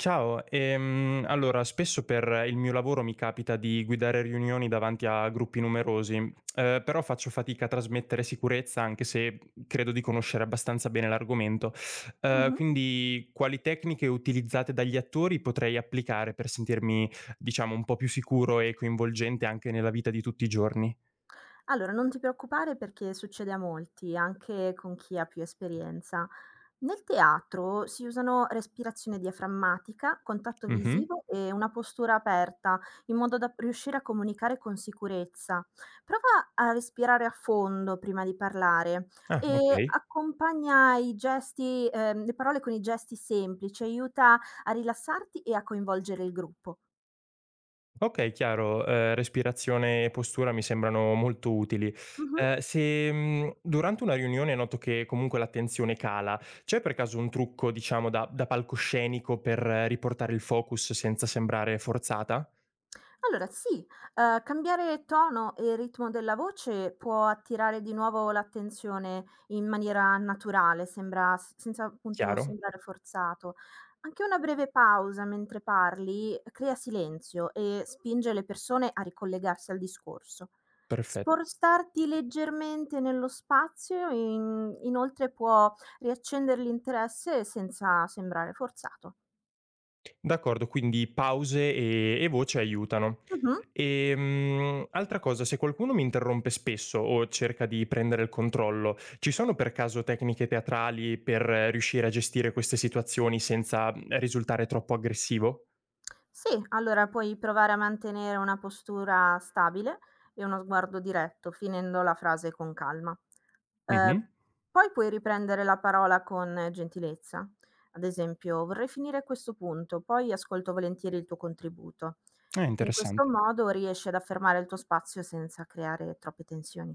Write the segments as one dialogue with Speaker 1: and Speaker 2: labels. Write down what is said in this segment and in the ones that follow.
Speaker 1: Ciao, allora spesso per il mio lavoro mi capita di guidare riunioni davanti a gruppi numerosi, però faccio fatica a trasmettere sicurezza anche se credo di conoscere abbastanza bene l'argomento. Eh,
Speaker 2: Mh-mh.
Speaker 1: quindi quali tecniche utilizzate dagli attori potrei applicare per sentirmi, diciamo, un po' più sicuro e coinvolgente anche nella vita di tutti i giorni?
Speaker 2: Allora, non ti preoccupare perché succede a molti, anche con chi ha più esperienza. Nel teatro si usano respirazione diaframmatica, contatto
Speaker 1: Mhm.
Speaker 2: visivo e una postura aperta, in modo da riuscire a comunicare con sicurezza. Prova a respirare a fondo prima di parlare
Speaker 1: Ah,
Speaker 2: e
Speaker 1: ok.
Speaker 2: accompagna i gesti le parole con i gesti semplici, aiuta a rilassarti e a coinvolgere il gruppo.
Speaker 1: Okay, chiaro. Respirazione e postura mi sembrano molto utili.
Speaker 2: Mh-mh.
Speaker 1: Se, durante una riunione noto che comunque l'attenzione cala, c'è per caso un trucco, diciamo, da palcoscenico per riportare il focus senza sembrare forzata?
Speaker 2: Allora sì, cambiare tono e ritmo della voce può attirare di nuovo l'attenzione in maniera naturale, sembra s senza appunto
Speaker 1: Chiaro,
Speaker 2: sembrare forzato. Anche una breve pausa mentre parli crea silenzio e spinge le persone a ricollegarsi al discorso.
Speaker 1: perfetto.
Speaker 2: Spostarti leggermente nello spazio in inoltre può riaccendere l'interesse senza sembrare forzato.
Speaker 1: D'accordo, quindi pause e voce aiutano.
Speaker 2: Mh-mh.
Speaker 1: Altra cosa, se qualcuno mi interrompe spesso o cerca di prendere il controllo, ci sono per caso tecniche teatrali per riuscire a gestire queste situazioni senza risultare troppo aggressivo?
Speaker 2: Sì, allora puoi provare a mantenere una postura stabile e uno sguardo diretto, finendo la frase con calma.
Speaker 1: Mh-mh.
Speaker 2: Eh, Poi puoi riprendere la parola con gentilezza. Ad esempio, vorrei finire questo punto, poi ascolto volentieri il tuo contributo.
Speaker 1: È
Speaker 2: In questo
Speaker 1: interessante.
Speaker 2: modo riesci ad affermare il tuo spazio senza creare troppe tensioni.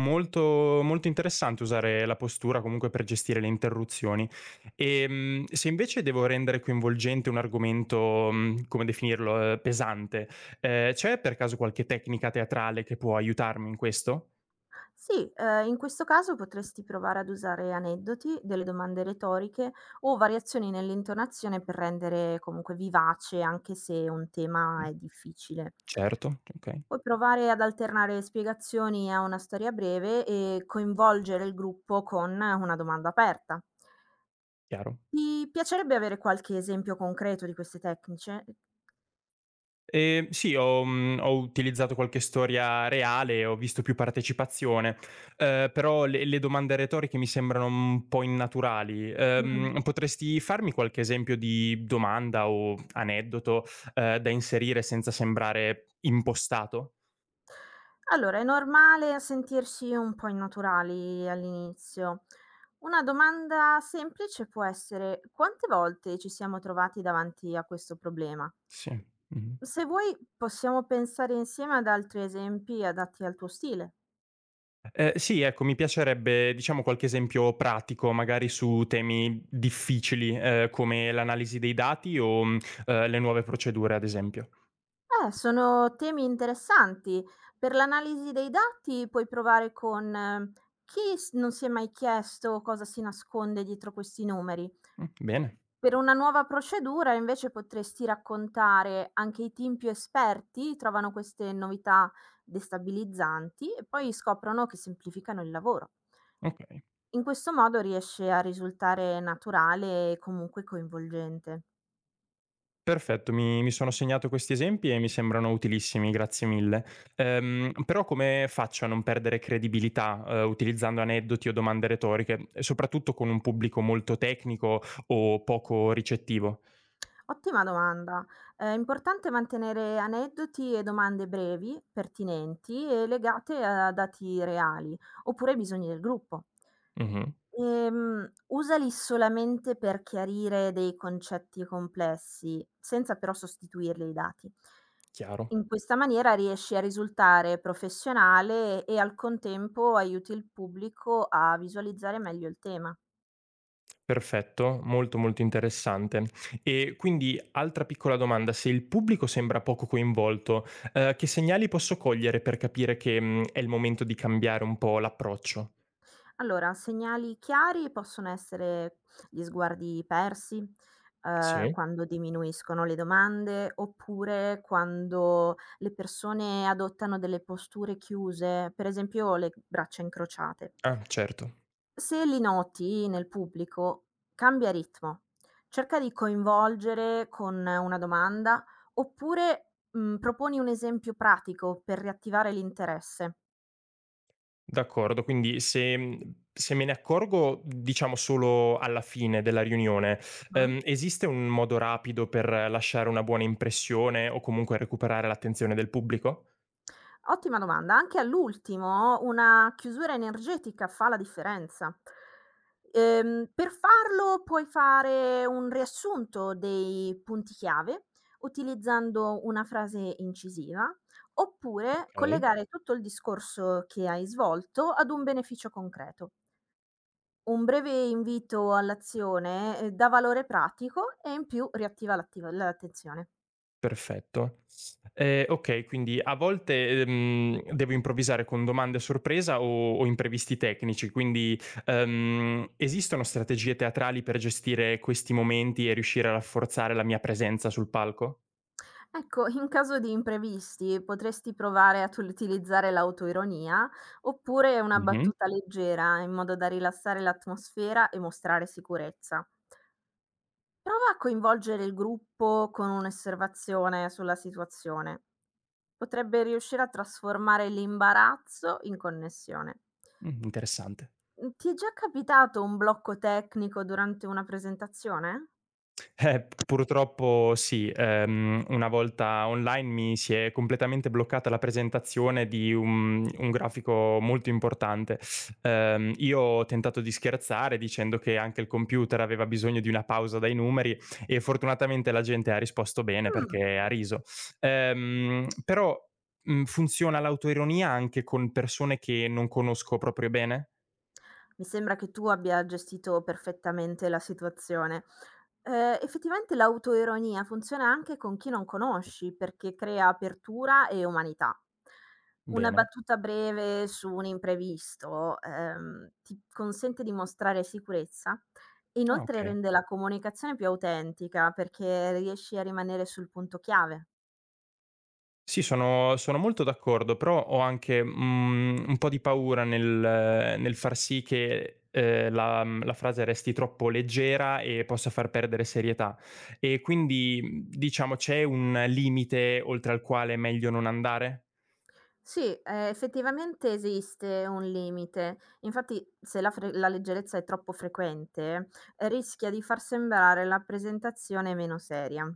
Speaker 1: Molto, molto interessante usare la postura comunque per gestire le interruzioni. Se invece devo rendere coinvolgente un argomento, come definirlo, pesante, c'è per caso qualche tecnica teatrale che può aiutarmi in questo?
Speaker 2: Sì, in questo caso potresti provare ad usare aneddoti, delle domande retoriche o variazioni nell'intonazione per rendere comunque vivace anche se un
Speaker 1: Mh,
Speaker 2: tema è difficile.
Speaker 1: certo, okay,
Speaker 2: Puoi provare ad alternare spiegazioni a una storia breve e coinvolgere il gruppo con una domanda aperta.
Speaker 1: chiaro.
Speaker 2: Ti piacerebbe avere qualche esempio concreto di queste tecniche?
Speaker 1: Sì, ho utilizzato qualche storia reale, ho visto più partecipazione, però le domande retoriche mi sembrano un po' innaturali.
Speaker 2: Mh.
Speaker 1: Potresti farmi qualche esempio di domanda o aneddoto, da inserire senza sembrare impostato?
Speaker 2: Allora, è normale sentirsi un po' innaturali all'inizio. Una domanda semplice può essere: quante volte ci siamo trovati davanti a questo problema?
Speaker 1: Sì, mh-mh.
Speaker 2: Se vuoi, possiamo pensare insieme ad altri esempi adatti al tuo stile.
Speaker 1: Sì, ecco, mi piacerebbe, diciamo, qualche esempio pratico, magari su temi difficili, come l'analisi dei dati o, le nuove procedure, ad esempio.
Speaker 2: Sono temi interessanti. Per l'analisi dei dati puoi provare con non si è mai chiesto cosa si nasconde dietro questi numeri.
Speaker 1: Bene,
Speaker 2: Per una nuova procedura invece potresti raccontare anche i team più esperti trovano queste novità destabilizzanti e poi scoprono che semplificano il lavoro.
Speaker 1: okay.
Speaker 2: In questo modo riesce a risultare naturale e comunque coinvolgente.
Speaker 1: Perfetto, mi sono segnato questi esempi e mi sembrano utilissimi, grazie mille. Però come faccio a non perdere credibilità, utilizzando aneddoti o domande retoriche, e soprattutto con un pubblico molto tecnico o poco ricettivo?
Speaker 2: Ottima domanda. È importante mantenere aneddoti e domande brevi, pertinenti e legate a dati reali, oppure ai bisogni del gruppo.
Speaker 1: Mh-mh,
Speaker 2: Usali solamente per chiarire dei concetti complessi, senza però sostituirli ai dati.
Speaker 1: chiaro.
Speaker 2: In questa maniera riesci a risultare professionale e al contempo aiuti il pubblico a visualizzare meglio il tema.
Speaker 1: Perfetto, molto, molto interessante. E quindi altra piccola domanda, se il pubblico sembra poco coinvolto, che segnali posso cogliere per capire che, è il momento di cambiare un po' l'approccio?
Speaker 2: Allora, segnali chiari possono essere gli sguardi persi,
Speaker 1: Sì?
Speaker 2: quando diminuiscono le domande, oppure quando le persone adottano delle posture chiuse, per esempio le braccia incrociate.
Speaker 1: Ah, certo.
Speaker 2: Se li noti nel pubblico, cambia ritmo. Cerca di coinvolgere con una domanda, oppure, proponi un esempio pratico per riattivare l'interesse.
Speaker 1: D'accordo, quindi se me ne accorgo, diciamo, solo alla fine della riunione,
Speaker 2: Mh.
Speaker 1: esiste un modo rapido per lasciare una buona impressione o comunque recuperare l'attenzione del pubblico?
Speaker 2: Ottima domanda. Anche all'ultimo una chiusura energetica fa la differenza. Per farlo puoi fare un riassunto dei punti chiave utilizzando una frase incisiva oppure
Speaker 1: Okay,
Speaker 2: collegare tutto il discorso che hai svolto ad un beneficio concreto. Un breve invito all'azione dà valore pratico e in più riattiva l'attenzione.
Speaker 1: perfetto. Okay, quindi a volte, devo improvvisare con domande a sorpresa o imprevisti tecnici, quindi, esistono strategie teatrali per gestire questi momenti e riuscire a rafforzare la mia presenza sul palco?
Speaker 2: Ecco, in caso di imprevisti potresti provare ad utilizzare l'autoironia oppure una
Speaker 1: Mh-mh,
Speaker 2: battuta leggera in modo da rilassare l'atmosfera e mostrare sicurezza. Prova a coinvolgere il gruppo con un'osservazione sulla situazione. Potrebbe riuscire a trasformare l'imbarazzo in connessione.
Speaker 1: interessante.
Speaker 2: Ti è già capitato un blocco tecnico durante una presentazione?
Speaker 1: P purtroppo sì. Una volta online mi si è completamente bloccata la presentazione di un grafico molto importante. Io ho tentato di scherzare dicendo che anche il computer aveva bisogno di una pausa dai numeri e fortunatamente la gente ha risposto bene
Speaker 2: Mm.
Speaker 1: perché ha riso. Però, funziona l'autoironia anche con persone che non conosco proprio bene?
Speaker 2: Mi sembra che tu abbia gestito perfettamente la situazione. Effettivamente l'autoironia funziona anche con chi non conosci, perché crea apertura e umanità. Una
Speaker 1: Bene.
Speaker 2: battuta breve su un imprevisto, ti consente di mostrare sicurezza, e
Speaker 1: Ah,
Speaker 2: inoltre
Speaker 1: okay.
Speaker 2: rende la comunicazione più autentica, perché riesci a rimanere sul punto chiave.
Speaker 1: Sì, sono molto d'accordo, però ho anche, un po' di paura nel far sì che, la frase resti troppo leggera e possa far perdere serietà. E quindi, diciamo c'è un limite oltre al quale è meglio non andare?
Speaker 2: Sì, effettivamente esiste un limite. Infatti se la leggerezza è troppo frequente, rischia di far sembrare la presentazione meno seria.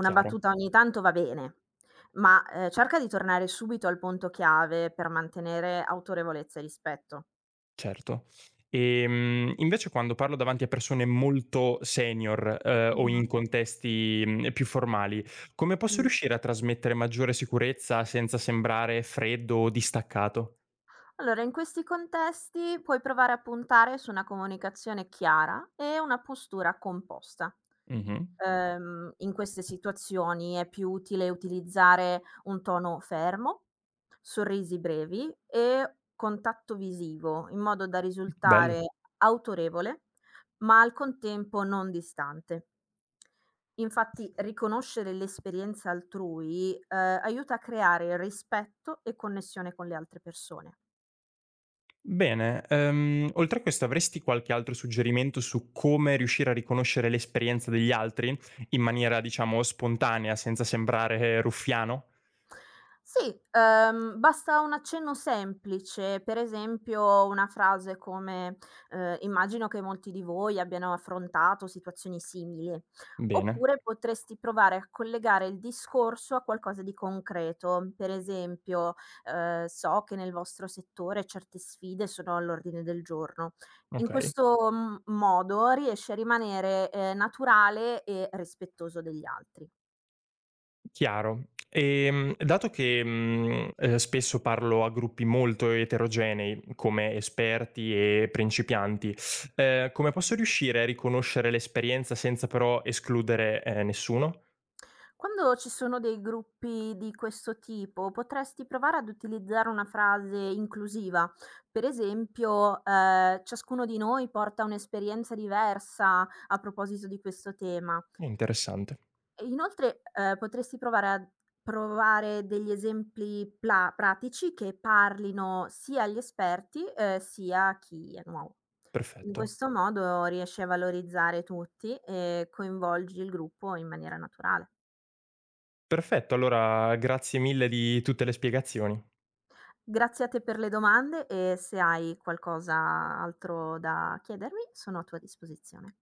Speaker 2: Una
Speaker 1: Chiaro,
Speaker 2: battuta ogni tanto va bene, ma, cerca di tornare subito al punto chiave per mantenere autorevolezza e rispetto.
Speaker 1: certo. Invece quando parlo davanti a persone molto senior, o
Speaker 2: Mh-mh.
Speaker 1: in contesti, più formali, come posso
Speaker 2: Mh.
Speaker 1: riuscire a trasmettere maggiore sicurezza senza sembrare freddo o distaccato?
Speaker 2: Allora, in questi contesti puoi provare a puntare su una comunicazione chiara e una postura composta.
Speaker 1: Mh-mh.
Speaker 2: In queste situazioni è più utile utilizzare un tono fermo, sorrisi brevi e contatto visivo, in modo da
Speaker 1: Bello.
Speaker 2: risultare autorevole, ma al contempo non distante. Infatti, riconoscere l'esperienza altrui, aiuta a creare rispetto e connessione con le altre persone.
Speaker 1: Bene, oltre a questo avresti qualche altro suggerimento su come riuscire a riconoscere l'esperienza degli altri in maniera, diciamo, spontanea, senza sembrare ruffiano?
Speaker 2: Sì, basta un accenno semplice, per esempio una frase come, "Immagino che molti di voi abbiano affrontato situazioni simili."
Speaker 1: Bene,
Speaker 2: Oppure potresti provare a collegare il discorso a qualcosa di concreto, per esempio, "So che nel vostro settore certe sfide sono all'ordine del giorno." In
Speaker 1: okay,
Speaker 2: questo, modo riesci a rimanere, naturale e rispettoso degli altri.
Speaker 1: chiaro. Dato che, spesso parlo a gruppi molto eterogenei, come esperti e principianti, come posso riuscire a riconoscere l'esperienza senza però escludere, nessuno?
Speaker 2: Quando ci sono dei gruppi di questo tipo, potresti provare ad utilizzare una frase inclusiva. Per esempio, ciascuno di noi porta un'esperienza diversa a proposito di questo tema.
Speaker 1: Interessante,
Speaker 2: E inoltre, potresti provare a provare degli esempi pla pratici che parlino sia agli esperti, sia a chi è nuovo. In
Speaker 1: perfetto.
Speaker 2: questo modo riesci a valorizzare tutti e coinvolgi il gruppo in maniera naturale.
Speaker 1: Perfetto, allora grazie mille di tutte le spiegazioni.
Speaker 2: Grazie a te per le domande e se hai qualcos'altro da chiedermi, sono a tua disposizione.